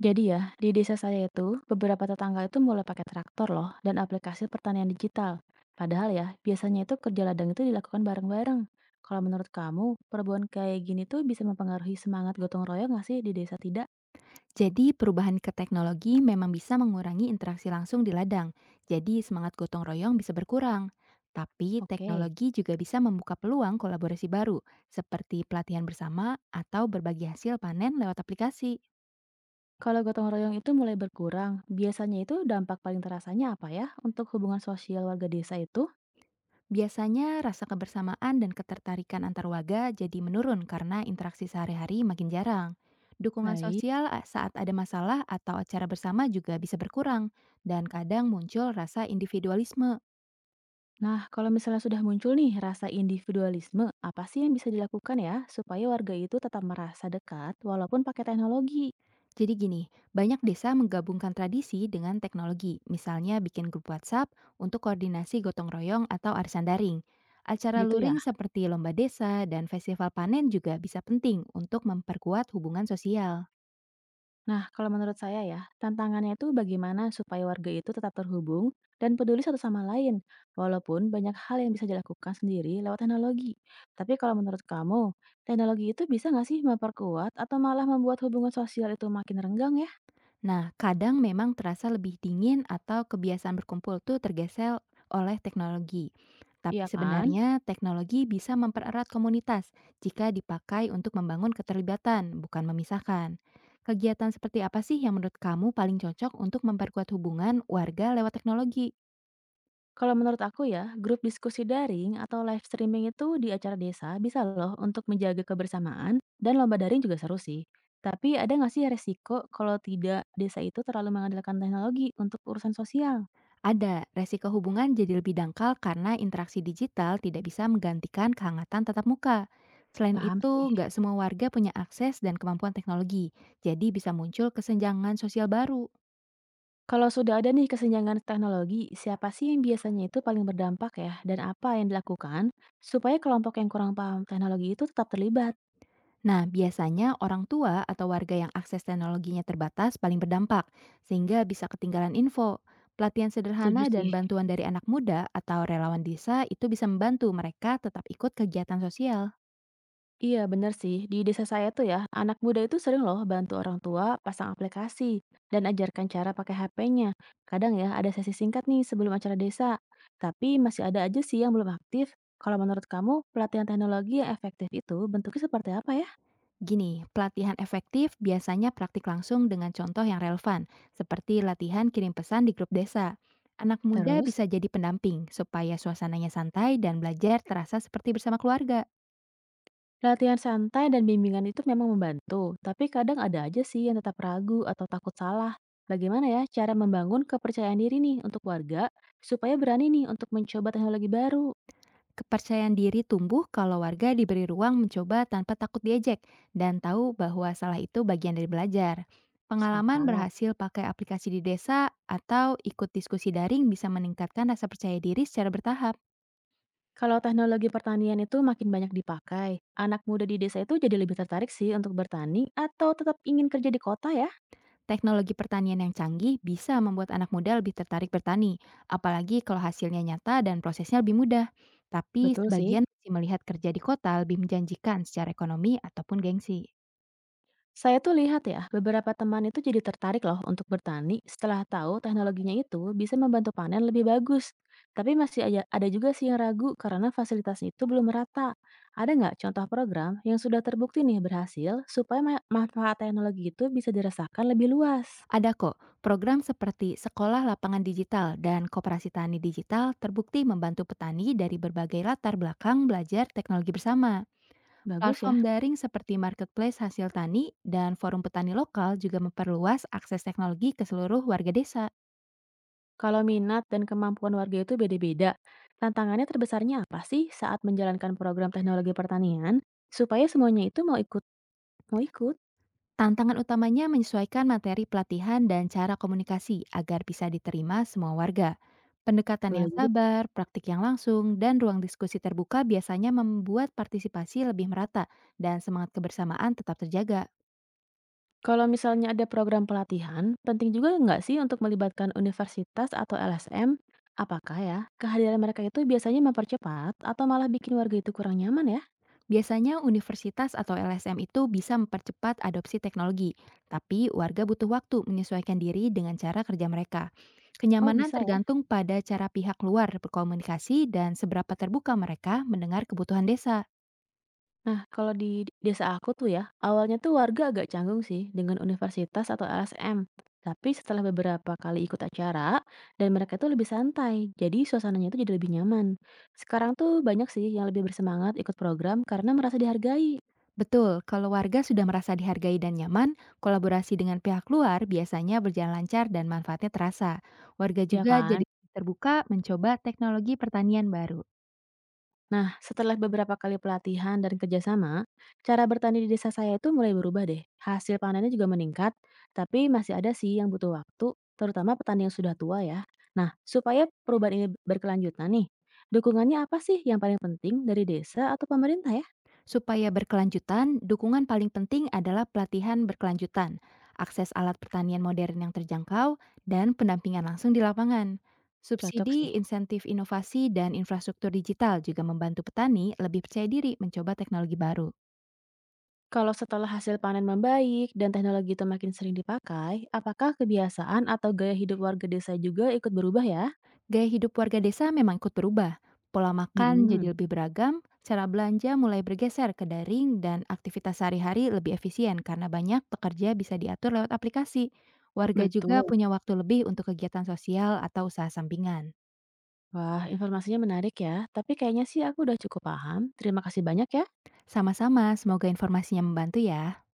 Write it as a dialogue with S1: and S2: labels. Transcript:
S1: Jadi ya, di desa saya itu, beberapa tetangga itu mulai pakai traktor loh dan aplikasi pertanian digital. Padahal ya, biasanya itu kerja ladang itu dilakukan bareng-bareng. Kalau menurut kamu, perubahan kayak gini tuh bisa mempengaruhi semangat gotong royong nggak sih di desa tidak?
S2: Jadi perubahan ke teknologi memang bisa mengurangi interaksi langsung di ladang, jadi semangat gotong royong bisa berkurang. Tapi
S1: Oke.
S2: teknologi juga bisa membuka peluang kolaborasi baru, seperti pelatihan bersama atau berbagi hasil panen lewat aplikasi.
S1: Kalau gotong royong itu mulai berkurang, biasanya itu dampak paling terasanya apa ya untuk hubungan sosial warga desa itu?
S2: Biasanya rasa kebersamaan dan ketertarikan antar warga jadi menurun karena interaksi sehari-hari makin jarang.
S1: Baik.
S2: Saat ada masalah atau acara bersama juga bisa berkurang, dan kadang muncul rasa individualisme.
S1: Nah, kalau misalnya sudah muncul nih rasa individualisme, apa sih yang bisa dilakukan ya supaya warga itu tetap merasa dekat walaupun pakai teknologi?
S2: Jadi gini, banyak desa menggabungkan tradisi dengan teknologi, misalnya bikin grup WhatsApp untuk koordinasi gotong royong atau arisan daring. Acara
S1: Gitu ya.
S2: luring seperti lomba desa dan festival panen juga bisa penting untuk memperkuat hubungan sosial.
S1: Nah, kalau menurut saya ya, tantangannya itu bagaimana supaya warga itu tetap terhubung dan peduli satu sama lain, walaupun banyak hal yang bisa dilakukan sendiri lewat teknologi. Tapi kalau menurut kamu, teknologi itu bisa nggak sih memperkuat atau malah membuat hubungan sosial itu makin renggang ya?
S2: Nah, kadang memang terasa lebih dingin atau kebiasaan berkumpul tuh tergeser oleh teknologi. Tapi
S1: Iya kan?
S2: sebenarnya teknologi bisa mempererat komunitas jika dipakai untuk membangun keterlibatan, bukan memisahkan. Kegiatan seperti apa sih yang menurut kamu paling cocok untuk memperkuat hubungan warga lewat teknologi?
S1: Kalau menurut aku ya, grup diskusi daring atau live streaming itu di acara desa bisa loh untuk menjaga kebersamaan dan lomba daring juga seru sih. Tapi ada nggak sih resiko kalau tidak desa itu terlalu mengandalkan teknologi untuk urusan sosial?
S2: Ada, resiko hubungan jadi lebih dangkal karena interaksi digital tidak bisa menggantikan kehangatan tatap muka. Selain
S1: Paham
S2: itu,
S1: sih.
S2: nggak semua warga punya akses dan kemampuan teknologi, jadi bisa muncul kesenjangan sosial baru.
S1: Kalau sudah ada nih kesenjangan teknologi, siapa sih yang biasanya itu paling berdampak ya? Dan apa yang dilakukan supaya kelompok yang kurang paham teknologi itu tetap terlibat?
S2: Nah, biasanya orang tua atau warga yang akses teknologinya terbatas paling berdampak, sehingga bisa ketinggalan info. Pelatihan sederhana
S1: Setuju
S2: dan
S1: sih.
S2: bantuan dari anak muda atau relawan desa itu bisa membantu mereka tetap ikut kegiatan sosial.
S1: Iya, bener sih. Di desa saya tuh ya, anak muda itu sering loh bantu orang tua pasang aplikasi dan ajarkan cara pakai HP-nya. Kadang ya ada sesi singkat nih sebelum acara desa. Tapi masih ada aja sih yang belum aktif. Kalau menurut kamu, pelatihan teknologi yang efektif itu bentuknya seperti apa ya?
S2: Gini, pelatihan efektif biasanya praktik langsung dengan contoh yang relevan, seperti latihan kirim pesan di grup desa. Anak muda
S1: Terus,
S2: bisa jadi pendamping supaya suasananya santai dan belajar terasa seperti bersama keluarga.
S1: latihan santai dan bimbingan itu memang membantu, tapi kadang ada aja sih yang tetap ragu atau takut salah. Bagaimana ya cara membangun kepercayaan diri nih untuk warga supaya berani nih untuk mencoba teknologi baru?
S2: Kepercayaan diri tumbuh kalau warga diberi ruang mencoba tanpa takut diejek dan tahu bahwa salah itu bagian dari belajar. Pengalaman
S1: Sepakat.
S2: berhasil pakai aplikasi di desa atau ikut diskusi daring bisa meningkatkan rasa percaya diri secara bertahap.
S1: Kalau teknologi pertanian itu makin banyak dipakai, anak muda di desa itu jadi lebih tertarik sih untuk bertani atau tetap ingin kerja di kota ya?
S2: Teknologi pertanian yang canggih bisa membuat anak muda lebih tertarik bertani, apalagi kalau hasilnya nyata dan prosesnya lebih mudah. Tapi
S1: Betul sih.
S2: sebagian masih melihat kerja di kota lebih menjanjikan secara ekonomi ataupun gengsi.
S1: Saya tuh lihat ya, beberapa teman itu jadi tertarik loh untuk bertani setelah tahu teknologinya itu bisa membantu panen lebih bagus. Tapi ada juga sih yang ragu karena fasilitas itu belum merata. Ada nggak contoh program yang sudah terbukti nih berhasil supaya manfaat teknologi itu bisa dirasakan lebih luas?
S2: Ada kok, program seperti Sekolah Lapangan Digital dan Koperasi Tani Digital terbukti membantu petani dari berbagai latar belakang belajar teknologi bersama.
S1: Bagus
S2: Platform
S1: ya.
S2: daring seperti marketplace hasil tani dan forum petani lokal juga memperluas akses teknologi ke seluruh warga desa.
S1: Kalau minat dan kemampuan warga itu beda-beda, tantangannya terbesarnya apa sih saat menjalankan program teknologi pertanian supaya semuanya itu mau ikut?
S2: Tantangan utamanya menyesuaikan materi pelatihan dan cara komunikasi agar bisa diterima semua warga. Pendekatan
S1: Boleh
S2: yang
S1: juga.
S2: sabar, praktik yang langsung, dan ruang diskusi terbuka biasanya membuat partisipasi lebih merata dan semangat kebersamaan tetap terjaga.
S1: Kalau misalnya ada program pelatihan, penting juga nggak sih untuk melibatkan universitas atau LSM? Apakah ya kehadiran mereka itu biasanya mempercepat atau malah bikin warga itu kurang nyaman ya?
S2: Biasanya universitas atau LSM itu bisa mempercepat adopsi teknologi, tapi warga butuh waktu menyesuaikan diri dengan cara kerja mereka.
S1: Oh
S2: Kenyamanan
S1: bisa ya.
S2: tergantung pada cara pihak luar berkomunikasi dan seberapa terbuka mereka mendengar kebutuhan desa.
S1: Nah, kalau di desa aku tuh ya, awalnya tuh warga agak canggung sih dengan universitas atau LSM. Tapi setelah beberapa kali ikut acara, dan mereka tuh lebih santai, jadi suasananya tuh jadi lebih nyaman. Sekarang tuh banyak sih yang lebih bersemangat ikut program karena merasa dihargai,
S2: Betul, kalau warga sudah merasa dihargai dan nyaman, kolaborasi dengan pihak luar biasanya berjalan lancar dan manfaatnya terasa. Warga
S1: ya
S2: juga
S1: kan?
S2: jadi terbuka mencoba teknologi pertanian baru.
S1: Nah, setelah beberapa kali pelatihan dan kerjasama, cara bertani di desa saya itu mulai berubah deh. Hasil panennya juga meningkat, tapi masih ada sih yang butuh waktu, terutama petani yang sudah tua ya. Nah, supaya perubahan ini berkelanjutan nih, dukungannya apa sih yang paling penting dari desa atau pemerintah ya?
S2: Supaya berkelanjutan, dukungan paling penting adalah pelatihan berkelanjutan, akses alat pertanian modern yang terjangkau, dan pendampingan langsung di lapangan.
S1: Cocok
S2: Subsidi,
S1: sih.
S2: insentif inovasi, dan infrastruktur digital juga membantu petani lebih percaya diri mencoba teknologi baru.
S1: Kalau setelah hasil panen membaik dan teknologi itu makin sering dipakai, apakah kebiasaan atau gaya hidup warga desa juga ikut berubah ya?
S2: Gaya hidup warga desa memang ikut berubah. Pola makan
S1: Mm-mm,
S2: jadi lebih beragam, cara belanja mulai bergeser ke daring, dan aktivitas sehari-hari lebih efisien karena banyak pekerja bisa diatur lewat aplikasi. Warga juga
S1: betul.
S2: punya waktu lebih untuk kegiatan sosial atau usaha sampingan.
S1: Wah, informasinya menarik ya. Tapi kayaknya sih aku udah cukup paham. Terima kasih banyak ya.
S2: Sama-sama, semoga informasinya membantu ya.